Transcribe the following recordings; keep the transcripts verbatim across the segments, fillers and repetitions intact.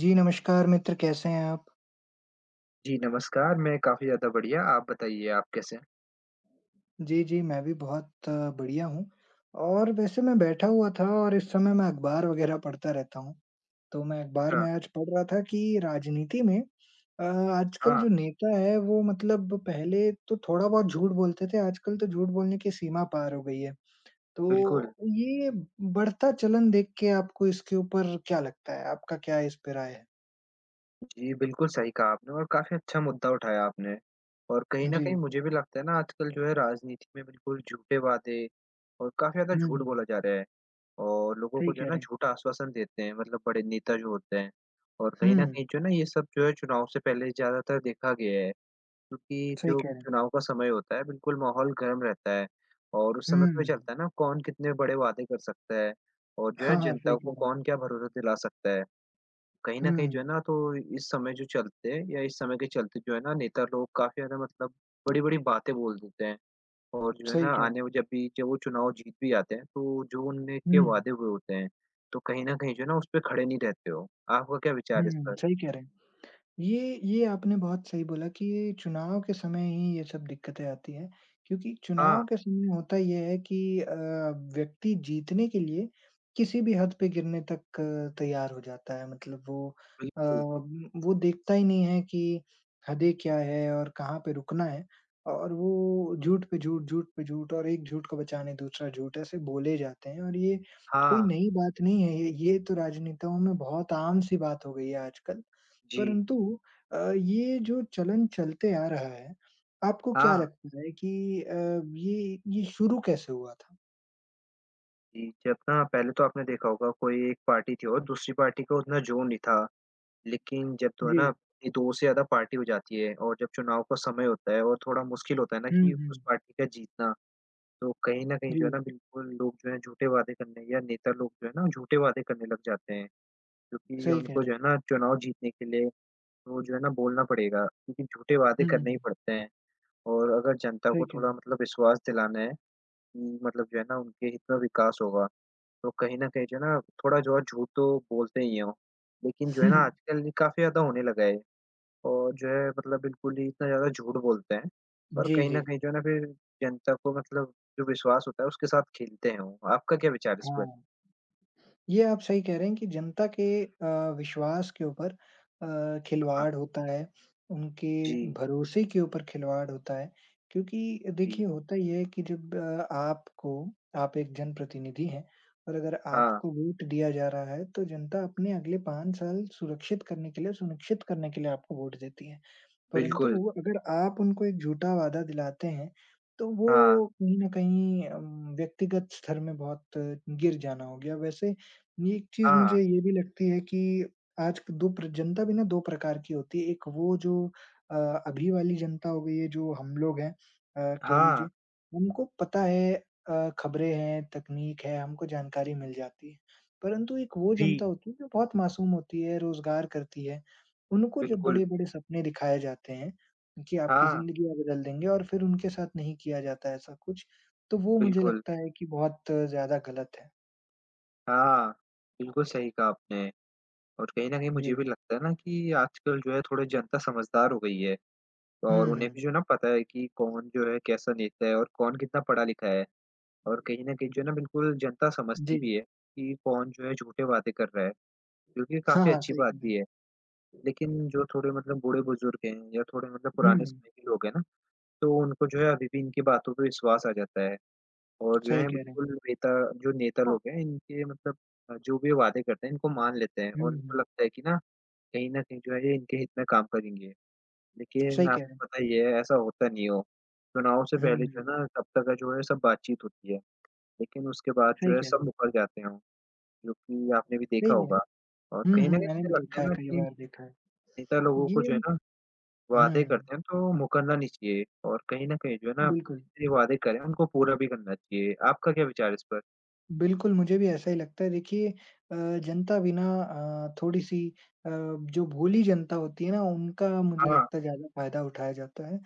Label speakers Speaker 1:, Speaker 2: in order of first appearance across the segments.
Speaker 1: जी, नमस्कार मित्र कैसे हैं आप?
Speaker 2: जी, नमस्कार, मैं काफ़ी ज़्यादा बढ़िया, आप बताइए आप कैसे हैं?
Speaker 1: जी, जी, मैं भी बहुत अ, बढ़िया हूँ और वैसे मैं बैठा हुआ था और इस समय मैं अखबार वगैरह पढ़ता रहता हूँ। तो मैं अखबार
Speaker 2: अच्छा,
Speaker 1: में आज पढ़ रहा था कि राजनीति में अ, आजकल
Speaker 2: हाँ,
Speaker 1: जो नेता है वो मतलब पहले तो थोड़ा बहुत झूठ बोलते थे, आजकल तो झूठ बोलने की सीमा पार हो गई है।
Speaker 2: बिल्कुल।
Speaker 1: तो ये बढ़ता चलन देख के आपको इसके ऊपर क्या लगता है? आपका क्या इस पे राय है?
Speaker 2: जी, बिल्कुल सही कहा आपने और काफ़ी अच्छा मुद्दा उठाया आपने। और कहीं न
Speaker 1: जी।
Speaker 2: कहीं मुझे भी लगता है ना आजकल जो है राजनीति में बिल्कुल झूठे वादे और काफ़ी ज़्यादा
Speaker 1: हुँ,
Speaker 2: झूठ
Speaker 1: हुँ।
Speaker 2: बोला जा रहा है। और लोगों
Speaker 1: सही
Speaker 2: को जो
Speaker 1: कह
Speaker 2: है ना
Speaker 1: रहे हैं।
Speaker 2: झूठा आश्वासन देते हैं मतलब बड़े नेता जो होते हैं। और
Speaker 1: हुँ,
Speaker 2: कहीं न कहीं जो है ना ये सब जो है चुनाव से पहले ज़्यादातर देखा गया है। क्योंकि
Speaker 1: सही
Speaker 2: जो
Speaker 1: कह रहे हैं।
Speaker 2: चुनाव का समय होता है बिल्कुल माहौल गर्म रहता है और उस समय पता
Speaker 1: हुँ।
Speaker 2: चलता है ना कौन कितने बड़े वादे कर सकता है और जो है
Speaker 1: हाँ, हाँ,
Speaker 2: जनता
Speaker 1: सही कह
Speaker 2: को
Speaker 1: रहे हैं।
Speaker 2: कौन क्या भरोसा दिला सकता है। कहीं न कहीं जो
Speaker 1: हुँ,
Speaker 2: है ना तो इस समय जो चलते या इस समय के चलते जो है ना नेता लोग काफ़ी ज़्यादा मतलब बड़ी-बड़ी बातें बोल देते हैं और जो है
Speaker 1: सही
Speaker 2: ना
Speaker 1: कह रहे
Speaker 2: आने
Speaker 1: हैं।
Speaker 2: में जब भी जब वो चुनाव जीत भी जाते हैं तो जो उनने के
Speaker 1: हुँ,
Speaker 2: वादे हुए होते हैं, तो कहीं न कहीं जो है ना उस पे खड़े नहीं रहते हो। आपका क्या विचार है इस
Speaker 1: हुँ,
Speaker 2: पर?
Speaker 1: सही कह रहे हैं। ये ये आपने बहुत सही बोला कि ये चुनाव के समय ही ये सब दिक्कतें आती हैं, क्योंकि चुनाव
Speaker 2: हाँ,
Speaker 1: के समय होता ये है कि अ, व्यक्ति जीतने के लिए किसी भी हद पे गिरने तक अ, तैयार हो जाता है। मतलब वो अ,
Speaker 2: बिल्कुल।
Speaker 1: म, वो देखता ही नहीं है कि हदें क्या है और कहाँ पे रुकना है और वो झूठ पे झूठ, झूठ पे झूठ और एक झूठ को बचाने दूसरा झूठ ऐसे बोले जाते हैं और ये कोई
Speaker 2: हाँ,
Speaker 1: नई बात नहीं है। ये ये तो राजनेताओं में बहुत आम सी बात हो गई है आजकल।
Speaker 2: जी।
Speaker 1: परंतु अ, ये जो चलन चलते आ रहा है, आपको क्या
Speaker 2: हाँ,
Speaker 1: लगता है कि अ, ये ये शुरू कैसे हुआ था?
Speaker 2: जी। जब ना पहले तो आपने देखा होगा कोई एक पार्टी थी और दूसरी पार्टी का उतना जोर नहीं था। लेकिन जब तो है
Speaker 1: जी।
Speaker 2: ना, ये दो से ज़्यादा पार्टी हो जाती है और जब चुनाव का समय होता है और थोड़ा मुश्किल होता है ना
Speaker 1: हुँ,
Speaker 2: कि उस
Speaker 1: हुँ।
Speaker 2: पार्टी का जीतना, तो कहीं न कहीं
Speaker 1: जी,
Speaker 2: जो है ना बिल्कुल लोग जो है झूठे वादे करने या नेता लोग जो है ना झूठे वादे करने लग जाते हैं, क्योंकि
Speaker 1: सही कह
Speaker 2: उनको
Speaker 1: रहे
Speaker 2: जो
Speaker 1: हैं।
Speaker 2: है ना चुनाव जीतने के लिए तो जो है ना बोलना पड़ेगा क्योंकि झूठे वादे
Speaker 1: हुँ,
Speaker 2: करने ही पड़ते हैं। और अगर जनता
Speaker 1: सही
Speaker 2: को
Speaker 1: कह
Speaker 2: थोड़ा
Speaker 1: रहे
Speaker 2: मतलब विश्वास दिलाना है कि मतलब जो है ना उनके हित में विकास होगा, तो कहीं न कहीं जो है ना थोड़ा जो है झूठ तो बोलते ही हैं वो। लेकिन जो है
Speaker 1: हैं।
Speaker 2: ना आजकल ये काफ़ी ज़्यादा होने लगा है। और जो है मतलब बिल्कुल ही इतना ज़्यादा झूठ बोलते हैं और
Speaker 1: जी,
Speaker 2: कहीं न
Speaker 1: जी।
Speaker 2: कहीं जो है ना फिर जनता को मतलब जो विश्वास होता है उसके साथ खेलते हैं वो। आपका क्या विचार है इस पर?
Speaker 1: हाँ। ये आप सही कह रहे हैं कि जनता के अ, विश्वास के ऊपर अ,
Speaker 2: हाँ।
Speaker 1: खिलवाड़ होता है, उनके
Speaker 2: जी,
Speaker 1: भरोसे के ऊपर खिलवाड़ होता है। क्योंकि
Speaker 2: जी।
Speaker 1: देखिए होता ये है कि जब अ, आपको आप एक जनप्रतिनिधि हैं और अगर
Speaker 2: हाँ,
Speaker 1: आपको वोट दिया जा रहा है, तो जनता अपने अगले पाँच साल सुरक्षित करने के लिए, सुनिश्चित करने के लिए आपको वोट देती है। परंतु
Speaker 2: बिल्कुल।
Speaker 1: अगर आप उनको एक झूठा वादा दिलाते हैं, तो वो
Speaker 2: हाँ,
Speaker 1: कहीं न कहीं अम, व्यक्तिगत स्तर में बहुत अ, गिर जाना हो गया। वैसे ये एक चीज़
Speaker 2: हाँ,
Speaker 1: मुझे ये भी लगती है कि आज की दो प्र जनता भी ना दो प्रकार की होती है। एक वो जो अ, अभी वाली जनता हो गई है जो हम लोग हैं अ, कह
Speaker 2: हाँ।
Speaker 1: लीजिए, उनको पता है अ, खबरें हैं, तकनीक है, हमको जानकारी मिल जाती है। परंतु एक वो जनता
Speaker 2: जी,
Speaker 1: होती है जो बहुत मासूम होती है, रोज़गार करती है। उनको जब
Speaker 2: बिल्कुल।
Speaker 1: बड़े-बड़े सपने दिखाए जाते हैं, कि आपकी
Speaker 2: हाँ,
Speaker 1: ज़िंदगियाँ बदल देंगे और फिर उनके साथ नहीं किया जाता है ऐसा कुछ, तो वो मुझे
Speaker 2: बिल्कुल।
Speaker 1: लगता है कि बहुत ज़्यादा गलत है।
Speaker 2: हाँ, बिल्कुल सही कहा आपने और कहीं न कहीं मुझे भी
Speaker 1: जी।
Speaker 2: लगता है ना कि आजकल जो है थोड़ी जनता समझदार हो गई है और
Speaker 1: हुँ,
Speaker 2: उन्हें
Speaker 1: हुँ।
Speaker 2: भी जो है ना पता है कि कौन जो है कैसा नेता है और कौन कितना पढ़ा-लिखा है। और कहीं न कहीं जो है ना बिल्कुल जनता समझती
Speaker 1: जी।
Speaker 2: भी है, कि कौन जो है झूठे वादे कर रहा है, जो कि
Speaker 1: हाँ,
Speaker 2: काफ़ी
Speaker 1: हाँ,
Speaker 2: अच्छी
Speaker 1: सही
Speaker 2: बात
Speaker 1: कह रहे
Speaker 2: भी
Speaker 1: हैं।
Speaker 2: है। लेकिन जो थोड़े मतलब बूढ़े-बुज़ुर्ग हैं या थोड़े मतलब
Speaker 1: हुँ,
Speaker 2: पुराने समय के लोग हैं ना, तो उनको जो है अभी भी इनकी बातों पे विश्वास आ जाता है और जो
Speaker 1: सही
Speaker 2: है
Speaker 1: कह रहे हैं।
Speaker 2: बिल्कुल नेता जो नेता हाँ। लोग हैं इनके मतलब अ, जो भी वादे करते हैं इनको मान लेते हैं
Speaker 1: हुँ,
Speaker 2: और इनको
Speaker 1: हुँ,
Speaker 2: लगता है कि ना, कहीं न कहीं जो है ये इनके हित में काम करेंगे। लेकिन
Speaker 1: सही कह रहे हैं।
Speaker 2: आपको पता ही है ऐसा होता नहीं हो। चुनाव से पहले जो
Speaker 1: हुँ,
Speaker 2: है ना तब तक का जो है सब बातचीत होती है। लेकिन उसके बाद
Speaker 1: सही
Speaker 2: जो है
Speaker 1: कह रहे हैं।
Speaker 2: सब मुकर जाते हैं, जो कि आपने भी देखा
Speaker 1: सही है।
Speaker 2: होगा और
Speaker 1: हुँ,
Speaker 2: कहीं
Speaker 1: हुँ,
Speaker 2: न कहीं
Speaker 1: मैंने भी
Speaker 2: मुझे लगता
Speaker 1: देखा
Speaker 2: है
Speaker 1: है,
Speaker 2: ना
Speaker 1: कई
Speaker 2: कि
Speaker 1: बार देखा है।
Speaker 2: नेता लोगों को
Speaker 1: ये
Speaker 2: जो है ना
Speaker 1: हुँ,
Speaker 2: वादे करते हैं तो मुकरना नहीं चाहिए और कहीं न कहीं जो है ना
Speaker 1: बिल्कुल।
Speaker 2: जितने वादे करें उनको पूरा भी करना चाहिए। आपका क्या विचार है इस पर?
Speaker 1: बिल्कुल, मुझे भी ऐसा ही लगता है। देखिए अ, जनता बिना अ, थोड़ी-सी अ, जो भोली जनता होती है ना, उनका मुझे
Speaker 2: हाँ,
Speaker 1: लगता है ज़्यादा फ़ायदा उठाया जाता है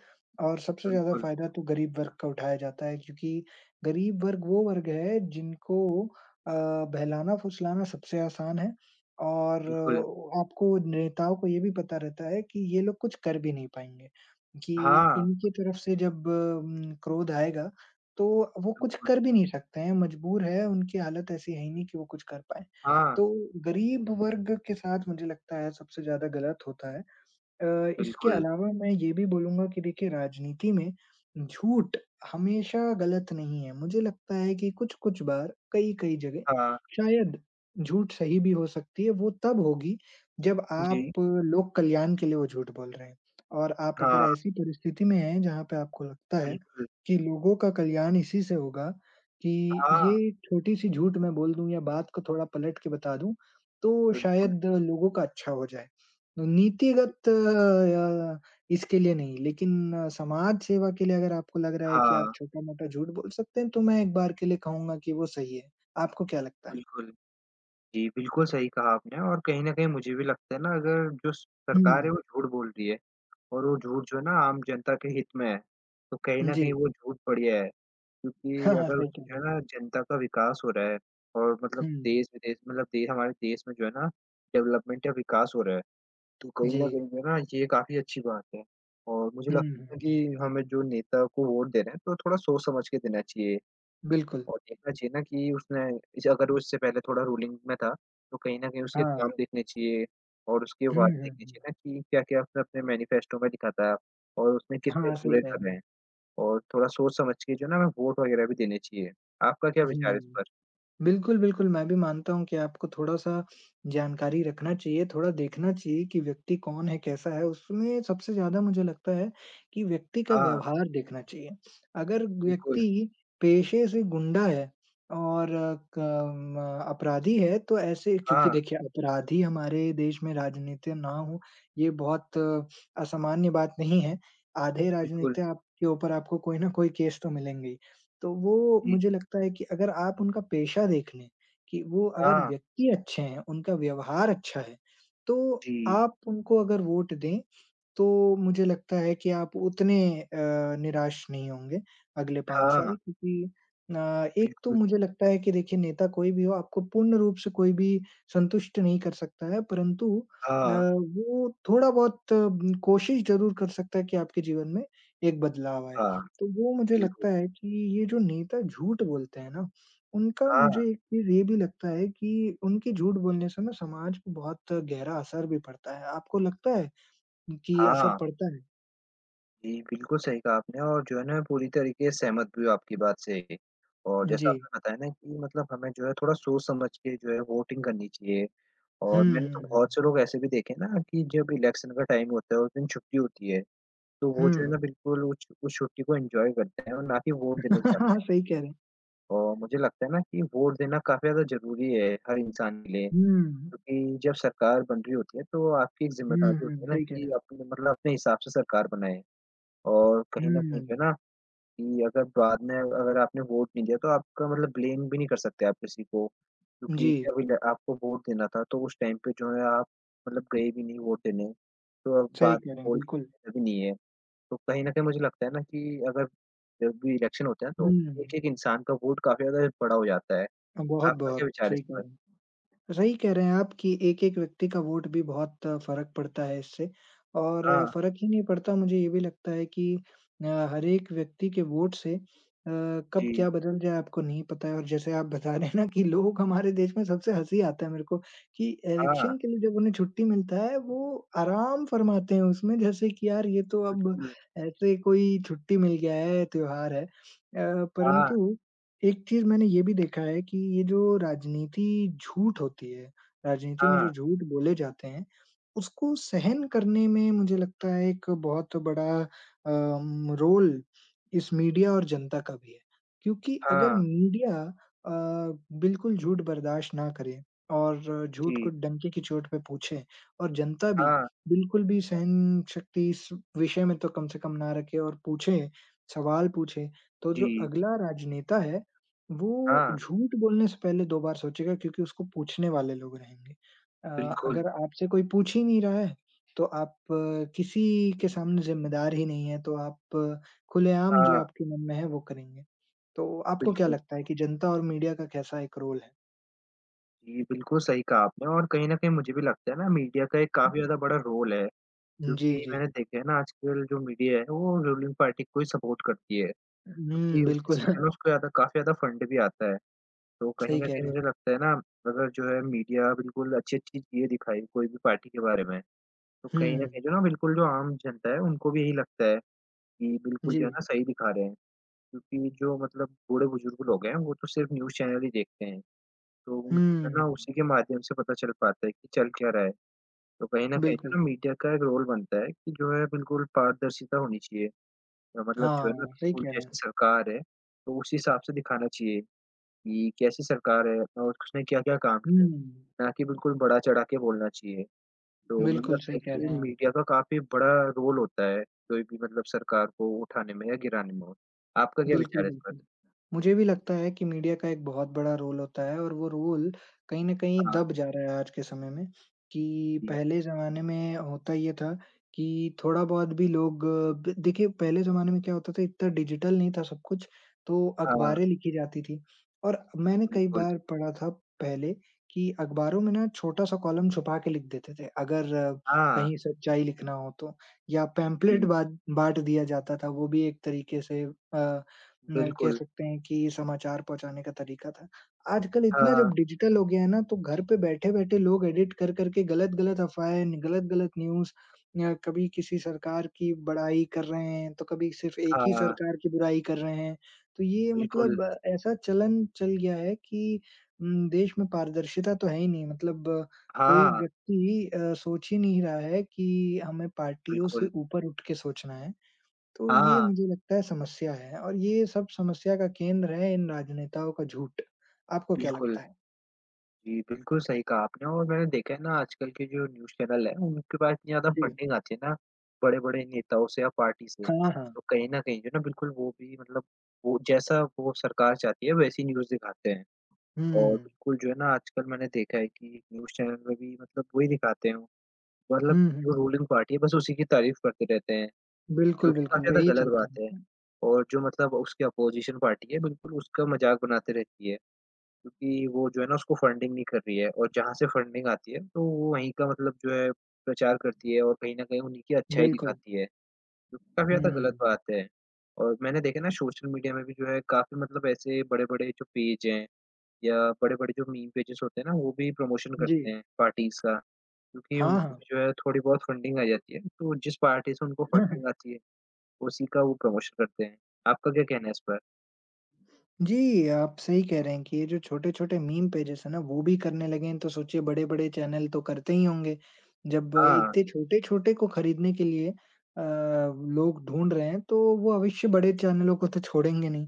Speaker 1: और सबसे ज़्यादा
Speaker 2: बिल्कुल,
Speaker 1: फ़ायदा तो गरीब वर्ग का उठाया जाता है क्योंकि गरीब वर्ग वो वर्ग है जिनको अ, बहलाना-फुसलाना सबसे आसान है और
Speaker 2: बिल्कुल।
Speaker 1: अ, आपको नेताओं को ये भी पता रहता है कि ये लोग कुछ कर भी नहीं पाएँगे, कि
Speaker 2: हाँ,
Speaker 1: इनकी तरफ से जब उम, क्रोध आएगा तो वो कुछ
Speaker 2: बिल्कुल।
Speaker 1: कर भी नहीं सकते हैं, मजबूर है, उनकी हालत ऐसी है ही नहीं कि वो कुछ कर पाएँ।
Speaker 2: हाँ,
Speaker 1: तो गरीब वर्ग के साथ मुझे लगता है सबसे ज़्यादा गलत होता है। अ, इसके
Speaker 2: बिल्कुल।
Speaker 1: अलावा मैं ये भी बोलूँगा कि देखिए राजनीति में झूठ हमेशा गलत नहीं है। मुझे लगता है कि कुछ-कुछ बार, कई-कई जगह
Speaker 2: हाँ,
Speaker 1: शायद झूठ सही भी हो सकती है, वो तब होगी जब आप
Speaker 2: जी।
Speaker 1: लोक कल्याण के लिए वो झूठ बोल रहे हैं। और आप अगर
Speaker 2: हाँ,
Speaker 1: ऐसी परिस्थिति में हैं जहाँ पे आपको लगता है
Speaker 2: बिल्कुल।
Speaker 1: कि लोगों का कल्याण इसी से होगा कि
Speaker 2: हाँ,
Speaker 1: ये छोटी-सी झूठ मैं बोल दूँ या बात को थोड़ा पलट के बता दूँ, तो
Speaker 2: बिल्कुल।
Speaker 1: शायद लोगों का अच्छा हो जाए। तो नीतिगत अ, इसके लिए नहीं, लेकिन अ, समाज सेवा के लिए अगर आपको लग रहा है कि आप
Speaker 2: हाँ,
Speaker 1: छोटा-मोटा झूठ बोल सकते हैं, तो मैं एक बार के लिए कहूँगा कि वो सही है। आपको क्या लगता है?
Speaker 2: बिल्कुल। जी, बिल्कुल सही कहा आपने और कहीं न कहीं मुझे भी लगता है ना अगर जो
Speaker 1: हुँ,
Speaker 2: सरकार है वो झूठ बोल रही है और वो झूठ जो है ना आम जनता के हित में है, तो कहीं न
Speaker 1: जी।
Speaker 2: कहीं वो झूठ बढ़िया है क्योंकि
Speaker 1: हाँ, हाँ,
Speaker 2: अगर
Speaker 1: सही कह
Speaker 2: उससे
Speaker 1: रहे
Speaker 2: जो
Speaker 1: हैं।
Speaker 2: है ना जनता का विकास हो रहा है और मतलब
Speaker 1: हुँ,
Speaker 2: देश-विदेश मतलब दे हमारे देश में जो है ना डेवलपमेंट या विकास हो रहा है, तो कहीं
Speaker 1: जी।
Speaker 2: न कहीं जो है ना ये काफ़ी अच्छी बात है और मुझे
Speaker 1: हुँ,
Speaker 2: लगता
Speaker 1: हुँ,
Speaker 2: है कि हमें जो नेता को वोट दे रहे हैं तो थोड़ा सोच समझ के देना चाहिए।
Speaker 1: बिल्कुल।
Speaker 2: और देखना चाहिए ना कि उसने इसे अगर वो इससे पहले थोड़ा रूलिंग में था, तो कहीं न कहीं उसके
Speaker 1: हाँ।
Speaker 2: काम देखने चाहिए और उसके
Speaker 1: हुँ,
Speaker 2: वादे
Speaker 1: हुँ,
Speaker 2: देखने चाहिए
Speaker 1: हुँ।
Speaker 2: ना कि क्या-क्या उसने अपने मैनिफेस्टो में लिखा था और उसने कितने
Speaker 1: हाँ, सही
Speaker 2: पूरे
Speaker 1: कह रहे
Speaker 2: कर
Speaker 1: हैं।
Speaker 2: रहे हैं और थोड़ा सोच-समझ के जो है ना हमें वोट वगैरह भी देने चाहिए। आपका क्या विचार है इस
Speaker 1: हुँ।
Speaker 2: पर?
Speaker 1: बिल्कुल, बिल्कुल, मैं भी मानता हूँ कि आपको थोड़ा-सा जानकारी रखना चाहिए, थोड़ा देखना चाहिए कि व्यक्ति कौन है, कैसा है। उसमें सबसे ज़्यादा मुझे लगता है कि व्यक्ति का
Speaker 2: हाँ,
Speaker 1: व्यवहार देखना चाहिए। अगर
Speaker 2: बिल्कुल।
Speaker 1: व्यक्ति पेशे से गुंडा है और अ, क म अपराधी है, तो ऐसे क्योंकि
Speaker 2: हाँ,
Speaker 1: देखिए अपराधी हमारे देश में राजनीति ना हो, ये बहुत अ, असामान्य बात नहीं है। आधे
Speaker 2: बिल्कुल।
Speaker 1: राजनीति आपके ऊपर आपको कोई ना कोई केस तो मिलेंगे ही। तो वो
Speaker 2: जी।
Speaker 1: मुझे लगता है कि अगर आप उनका पेशा देख लें, कि वो अगर
Speaker 2: हाँ,
Speaker 1: व्यक्ति अच्छे हैं, उनका व्यवहार अच्छा है, तो
Speaker 2: जी।
Speaker 1: आप उनको अगर वोट दें, तो मुझे लगता है कि आप उतने अ, निराश नहीं होंगे अगले पाँच साल
Speaker 2: हाँ,
Speaker 1: क्योंकि अ, एक तो
Speaker 2: बिल्कुल।
Speaker 1: मुझे लगता है कि देखिए नेता कोई भी हो आपको पूर्ण रूप से कोई भी संतुष्ट नहीं कर सकता है, परंतु अ,
Speaker 2: हाँ,
Speaker 1: वो थोड़ा-बहुत उम, कोशिश ज़रूर कर सकता है कि आपके जीवन में एक बदलाव आए।
Speaker 2: हाँ,
Speaker 1: तो वो मुझे
Speaker 2: बिल्कुल।
Speaker 1: लगता है कि ये जो नेता झूठ बोलते हैं ना, उनका
Speaker 2: हाँ,
Speaker 1: मुझे एक चीज़ ये भी लगता है कि उनके झूठ बोलने से ना समाज पे बहुत गहरा असर भी पड़ता है। आपको लगता है कि असर
Speaker 2: हाँ।
Speaker 1: पड़ता है?
Speaker 2: जी, बिल्कुल सही कहा आपने और जो है ना मैं पूरी तरीके से सहमत भी हूँ आपकी बात से। और जैसा
Speaker 1: जी।
Speaker 2: आपने बताया ना कि मतलब हमें जो है थोड़ा सोच-समझ के जो है वोटिंग करनी चाहिए।
Speaker 1: हुँ,
Speaker 2: और मैंने
Speaker 1: हुँ,
Speaker 2: तो
Speaker 1: हुँ।
Speaker 2: बहुत से लोग ऐसे भी देखे ना कि जब इलेक्शन का टाइम होता है उस दिन छुट्टी होती है, तो वो
Speaker 1: हुँ,
Speaker 2: जो है ना
Speaker 1: हुँ।
Speaker 2: बिल्कुल उस उस छुट्टी को एन्जॉय करते हैं और ना कि वोट देने जाते हैं।
Speaker 1: सही कह रहे हैं।
Speaker 2: और मुझे लगता है ना कि वोट देना काफ़ी ज़्यादा ज़रूरी है हर इंसान के लिए,
Speaker 1: हुँ।
Speaker 2: क्योंकि जब सरकार बन रही होती है तो आपकी एक
Speaker 1: हुँ,
Speaker 2: ज़िम्मेदारी
Speaker 1: हुँ,
Speaker 2: होती है ना
Speaker 1: सही कह रहे
Speaker 2: कि
Speaker 1: हैं।
Speaker 2: अपने मतलब अपने हिसाब से सरकार बनाएँ। और कहीं न कहीं
Speaker 1: हुँ।
Speaker 2: जो है ना कि अगर बाद में अगर आपने वोट नहीं दिया तो आपका मतलब ब्लेम भी नहीं कर सकते आप किसी को, क्योंकि
Speaker 1: जी,
Speaker 2: जब ल आपको वोट देना था तो उस टाइम पे जो है आप मतलब गए भी नहीं वोट देने, तो अब
Speaker 1: सही
Speaker 2: बाद
Speaker 1: कह
Speaker 2: में
Speaker 1: रहे हैं,
Speaker 2: बोल के
Speaker 1: बिल्कुल।
Speaker 2: फ़ायदा भी नहीं है। तो कहीं न कहीं मुझे लगता है ना कि अगर जब भी इलेक्शन होते हैं तो
Speaker 1: हुँ।
Speaker 2: एक-एक इंसान का वोट काफ़ी ज़्यादा बड़ा हो जाता है। आपका क्या
Speaker 1: बहुत-बहुत
Speaker 2: विचार है
Speaker 1: सही
Speaker 2: इस
Speaker 1: कह
Speaker 2: पर?
Speaker 1: रहे हैं। सही कह रहे हैं आप कि एक-एक व्यक्ति का वोट भी बहुत फ़र्क पड़ता है इससे और
Speaker 2: हाँ,
Speaker 1: फ़र्क ही नहीं पड़ता, मुझे ये भी लगता है कि अ, हर एक व्यक्ति के वोट से अ, कब
Speaker 2: जी,
Speaker 1: क्या बदल जाए आपको नहीं पता है और जैसे आप बता रहे हैं ना कि लोग हमारे देश में सबसे हँसी आता है मेरे को कि
Speaker 2: हाँ,
Speaker 1: इलेक्शन के लिए जब उन्हें छुट्टी मिलता है, वो आराम फ़रमाते हैं उसमें जैसे कि यार ये तो अब
Speaker 2: बिल्कुल,
Speaker 1: ऐसे कोई छुट्टी मिल गया है, त्योहार है। अ,
Speaker 2: हाँ,
Speaker 1: परंतु एक चीज़ मैंने ये भी देखा है कि ये जो राजनीति झूठ होती है, राजनीति में जो
Speaker 2: हाँ,
Speaker 1: झूठ बोले जाते हैं, उसको सहन करने में मुझे लगता है एक बहुत बड़ा अम, रोल इस मीडिया और जनता का भी है। क्योंकि अगर
Speaker 2: हाँ,
Speaker 1: मीडिया अ, बिल्कुल झूठ बर्दाश्त ना करे और झूठ को
Speaker 2: जी,
Speaker 1: डंके की चोट पे पूछे और जनता भी
Speaker 2: हाँ,
Speaker 1: बिल्कुल भी सहन शक्ति इस विषय में तो कम से कम ना रखे और पूछे, सवाल पूछे, तो जो
Speaker 2: जी,
Speaker 1: अगला राजनेता है वो
Speaker 2: हाँ,
Speaker 1: झूठ बोलने से पहले दो बार सोचेगा क्योंकि उसको पूछने वाले लोग रहेंगे। अ,
Speaker 2: बिल्कुल,
Speaker 1: अगर आपसे कोई पूछ ही नहीं रहा है, तो आप अ, किसी के सामने ज़िम्मेदार ही नहीं है, तो आप अ, खुलेआम जो
Speaker 2: हाँ,
Speaker 1: आपके मन में है वो करेंगे। तो आपको क्या
Speaker 2: बिल्कुल।
Speaker 1: लगता है कि जनता और मीडिया का कैसा एक रोल है?
Speaker 2: जी, बिल्कुल सही कहा आपने और कहीं न कहीं मुझे भी लगता है ना मीडिया का एक काफ़ी हुँ। ज़्यादा बड़ा रोल है,
Speaker 1: जी,
Speaker 2: क्योंकि
Speaker 1: जी।
Speaker 2: मैंने देखा है ना आजकल जो मीडिया है वो रूलिंग पार्टी को ही सपोर्ट करती है,
Speaker 1: हुँ,
Speaker 2: क्योंकि उसी
Speaker 1: बिल्कुल
Speaker 2: से जो है ना उसको ज़्यादा काफ़ी ज़्यादा फंड भी आता है। तो कहीं
Speaker 1: सही
Speaker 2: न
Speaker 1: कह
Speaker 2: कहीं
Speaker 1: रहे हैं।
Speaker 2: मुझे लगता है ना अगर जो है मीडिया बिल्कुल अच्छी-अच्छी चीज़ें दिखाए कोई भी पार्टी के बारे में, तो
Speaker 1: हुँ,
Speaker 2: कहीं न कहीं जो है ना बिल्कुल जो आम जनता है उनको भी यही लगता है कि बिल्कुल
Speaker 1: जी।
Speaker 2: जो है ना सही दिखा रहे हैं, क्योंकि जो मतलब बूढ़े-बुजुर्ग लोग हैं वो तो सिर्फ़ न्यूज़ चैनल ही देखते हैं। तो उनको जो है
Speaker 1: हुँ,
Speaker 2: ना उसी के माध्यम से पता चल पाता है कि चल क्या रहा है। तो कहीं न कहीं जो
Speaker 1: बिल्कुल।
Speaker 2: है ना मीडिया का एक रोल बनता है कि जो है बिल्कुल पारदर्शिता होनी चाहिए। अ, मतलब जो है ना
Speaker 1: हाँ, सही
Speaker 2: बिल्कुल
Speaker 1: कह रहे हैं।
Speaker 2: जैसी सरकार है, तो उसी हिसाब से दिखाना चाहिए कि कैसी सरकार है और उसने क्या-क्या काम किया,
Speaker 1: हुँ,
Speaker 2: ना कि बिल्कुल बढ़ा-चढ़ा के बोलना चाहिए। तो मुझे
Speaker 1: बिल्कुल
Speaker 2: लगता
Speaker 1: सही
Speaker 2: है
Speaker 1: कह
Speaker 2: कि
Speaker 1: रहे हैं आप।
Speaker 2: मीडिया का काफ़ी बड़ा रोल होता है, कोई भी मतलब सरकार को उठाने में या गिराने में हो। आपका क्या
Speaker 1: बिल्कुल,
Speaker 2: विचार है इस पर?
Speaker 1: बिल्कुल। मुझे भी लगता है कि मीडिया का एक बहुत बड़ा रोल होता है और वो रोल कहीं न कहीं
Speaker 2: हाँ,
Speaker 1: दब जा रहा है आज के समय में, कि
Speaker 2: जी।
Speaker 1: पहले ज़माने में होता ये था कि थोड़ा-बहुत भी लोग अ, ब देखिए पहले ज़माने में क्या होता था इतना डिजिटल नहीं था सब कुछ, तो
Speaker 2: हाँ,
Speaker 1: अखबारें लिखी जाती थी और मैंने कई
Speaker 2: बिल्कुल।
Speaker 1: बार पढ़ा था पहले कि अखबारों में ना छोटा-सा कॉलम छुपा के लिख देते थे, अगर अ,
Speaker 2: हाँ,
Speaker 1: कहीं सच्चाई लिखना हो तो या पैम्पलेट
Speaker 2: जी।
Speaker 1: बाँट बाँट दिया जाता था, वो भी एक तरीके से अ न कह
Speaker 2: बिल्कुल।
Speaker 1: सकते हैं कि समाचार पहुँचाने का तरीका था। आजकल इतना जब
Speaker 2: हाँ।
Speaker 1: डिजिटल हो गया है ना, तो घर पे बैठे-बैठे लोग एडिट कर-कर के गलत-गलत अफ़वाहें, गलत-गलत न्यूज़ या कभी किसी सरकार की बड़ाई कर रहे हैं, तो कभी सिर्फ़ एक ही
Speaker 2: हाँ,
Speaker 1: सरकार की बुराई कर रहे हैं। तो ये
Speaker 2: बिल्कुल।
Speaker 1: मतलब अ, ऐसा चलन चल गया है कि उम, देश में पारदर्शिता तो है ही नहीं। मतलब अ, कोई
Speaker 2: हाँ,
Speaker 1: व्यक्ति अ, सोच ही नहीं रहा है कि हमें पार्टियों से
Speaker 2: बिल्कुल।
Speaker 1: ऊपर उठ के सोचना है। तो ये
Speaker 2: हाँ,
Speaker 1: मुझे लगता है समस्या है और ये सब समस्या का केंद्र है इन राजनेताओं का झूठ। आपको क्या
Speaker 2: बिल्कुल।
Speaker 1: लगता है?
Speaker 2: जी, बिल्कुल सही कहा आपने और मैंने देखा है ना आजकल के जो न्यूज़ चैनल हैं, उनके पास इतनी ज़्यादा
Speaker 1: जी।
Speaker 2: फंडिंग आती है ना, बड़े-बड़े नेताओं से या पार्टी से।
Speaker 1: हाँ, हाँ।
Speaker 2: तो कहीं न कहीं जो है ना बिल्कुल वो भी मतलब वो जैसा वो सरकार चाहती है वैसी न्यूज़ दिखाते हैं। और
Speaker 1: हुँ।
Speaker 2: बिल्कुल जो है ना आजकल मैंने देखा है कि न्यूज़ चैनल में भी मतलब वही दिखाते हैं, मतलब
Speaker 1: हुँ, हुँ।
Speaker 2: जो रूलिंग पार्टी है बस उसी की तारीफ़ करते रहते हैं।
Speaker 1: बिल्कुल,
Speaker 2: जो कि
Speaker 1: बिल्कुल,
Speaker 2: काफ़ी ज़्यादा
Speaker 1: वही
Speaker 2: गलत
Speaker 1: चलता
Speaker 2: बात है
Speaker 1: रहता है।
Speaker 2: और जो मतलब उसकी अपोज़िशन पार्टी है, बिल्कुल उसका मज़ाक बनाते रहती है, क्योंकि वो जो है ना उसको फंडिंग नहीं कर रही है और जहाँ से फंडिंग आती है, तो वो वहीं का मतलब जो है प्रचार करती है और कहीं न कहीं उन्हीं की अच्छाई
Speaker 1: बिल्कुल।
Speaker 2: दिखाती है, जो कि काफ़ी ज़्यादा गलत
Speaker 1: हुँ।
Speaker 2: बात है। और मैंने देखा ना सोशल मीडिया में भी जो है काफ़ी मतलब ऐसे बड़े-बड़े जो पेज हैं या बड़े-बड़े जो मीम पेजेज़ होते हैं ना, वो भी प्रमोशन
Speaker 1: जी।
Speaker 2: करते हैं पार्टीज़ का, क्योंकि
Speaker 1: हाँ,
Speaker 2: उनको
Speaker 1: हाँ।
Speaker 2: भी जो है थोड़ी बहुत फंडिंग आ जाती है, तो जिस पार्टी से उनको फंडिंग आती है उसी का वो प्रमोशन करते हैं। आपका क्या कहना है इस पर?
Speaker 1: जी, आप सही कह रहे हैं कि ये जो छोटे-छोटे मीम पेजेज़ हैं ना, वो भी करने लगे हैं, तो सोचिए बड़े-बड़े चैनल तो करते ही होंगे। जब
Speaker 2: हाँ,
Speaker 1: इतने छोटे-छोटे को खरीदने के लिए अ, लोग ढूँढ रहे हैं, तो वो अवश्य बड़े चैनलों को तो छोड़ेंगे नहीं।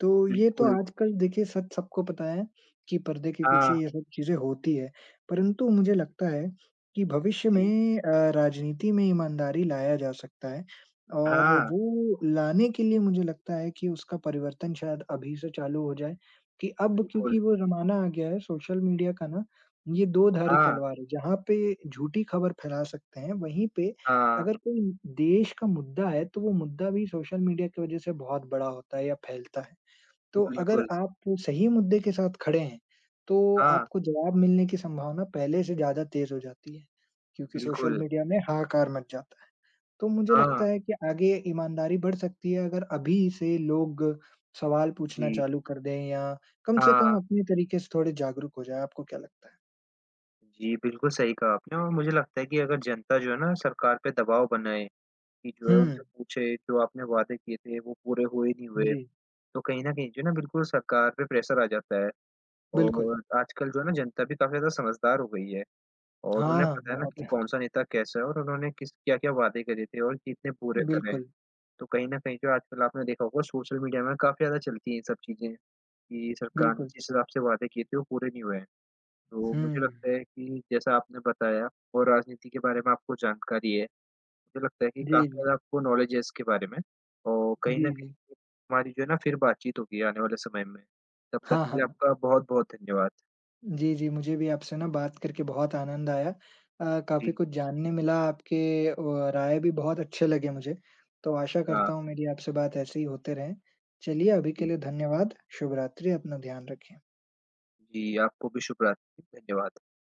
Speaker 1: तो ये तो
Speaker 2: बिल्कुल।
Speaker 1: आजकल देखिए सच सबको पता है कि पर्दे के पीछे
Speaker 2: हाँ,
Speaker 1: ये सब चीज़ें होती है। परंतु मुझे लगता है कि भविष्य में
Speaker 2: जी।
Speaker 1: अ, राजनीति में ईमानदारी लाया जा सकता है। और
Speaker 2: हाँ,
Speaker 1: वो लाने के लिए मुझे लगता है कि उसका परिवर्तन शायद अभी से चालू हो जाए कि अब क्योंकि
Speaker 2: बिल्कुल।
Speaker 1: वो ज़माना आ गया है सोशल मीडिया का ना, ये दो-धारी
Speaker 2: हाँ,
Speaker 1: तलवार है, जहाँ पे झूठी खबर फैला सकते हैं, वहीं पे
Speaker 2: हाँ,
Speaker 1: अगर कोई देश का मुद्दा है, तो वो मुद्दा भी सोशल मीडिया की वज़ह से बहुत बड़ा होता है या फैलता है। तो अगर
Speaker 2: बिल्कुल।
Speaker 1: आप सही मुद्दे के साथ खड़े हैं, तो
Speaker 2: हाँ,
Speaker 1: आपको जवाब मिलने की संभावना पहले से ज़्यादा तेज़ हो जाती है, क्योंकि सोशल
Speaker 2: बिल्कुल।
Speaker 1: मीडिया में हाहाकार मच जाता है। तो मुझे
Speaker 2: हाँ,
Speaker 1: लगता है कि आगे ईमानदारी बढ़ सकती है अगर अभी से लोग सवाल पूछना
Speaker 2: जी।
Speaker 1: चालू कर दें या कम से
Speaker 2: हाँ,
Speaker 1: कम अपने तरीके से थोड़े जागरूक हो जाएँ, आपको क्या लगता है?
Speaker 2: जी, बिल्कुल सही कहा आपने और मुझे लगता है कि अगर जनता जो है ना सरकार पे दबाव बनाए कि जो है
Speaker 1: हुँ,
Speaker 2: उनसे पूछे जो आपने वादे किए थे वो पूरे हुए नहीं हुए,
Speaker 1: जी,
Speaker 2: तो कहीं न कहीं जो है ना बिल्कुल सरकार पे प्रेशर आ जाता है
Speaker 1: बिल्कुल।
Speaker 2: और आजकल जो है ना जनता भी काफ़ी ज़्यादा समझदार हो गई है। और
Speaker 1: हाँ,
Speaker 2: उन्हें
Speaker 1: हाँ,
Speaker 2: पता है ना
Speaker 1: बहुत
Speaker 2: कि
Speaker 1: है।
Speaker 2: कौन-सा नेता कैसा है और उन्होंने किस क्या-क्या वादे करे थे और कितने पूरे करे हैं।
Speaker 1: बिल्कुल,
Speaker 2: तो कहीं न कहीं जो आजकल आपने देखा होगा सोशल मीडिया में काफ़ी ज़्यादा चलती हैं ये सब चीज़ें, कि सरकार ने
Speaker 1: बिल्कुल।
Speaker 2: जिस हिसाब से वादे किए थे वो पूरे नहीं हुए हैं। तो मुझे
Speaker 1: हुँ।
Speaker 2: लगता है कि जैसा आपने बताया और राजनीति के बारे में आपको जानकारी है, मुझे लगता है कि
Speaker 1: जी,
Speaker 2: काफ़ी
Speaker 1: जी।
Speaker 2: ज़्यादा आपको नॉलेज है इसके बारे में और कहीं
Speaker 1: जी,
Speaker 2: न
Speaker 1: जी।
Speaker 2: कहीं हमारी जो है ना फिर बातचीत होगी आने वाले समय में। तब तक
Speaker 1: हाँ,
Speaker 2: के लिए
Speaker 1: हाँ।
Speaker 2: आपका बहुत-बहुत धन्यवाद।
Speaker 1: जी, जी, मुझे भी आपसे ना बात करके बहुत आनंद आया। अ, काफ़ी
Speaker 2: जी,
Speaker 1: कुछ जानने मिला आपके अ, राय भी बहुत अच्छे लगे मुझे। तो आशा
Speaker 2: हाँ,
Speaker 1: करता हूँ मेरी आपसे बात ऐसे ही होते रहें। चलिए अभी के
Speaker 2: जी।
Speaker 1: लिए धन्यवाद। शुभ रात्रि, अपना ध्यान रखें।
Speaker 2: जी, आपको भी शुभ रात्रि। धन्यवाद।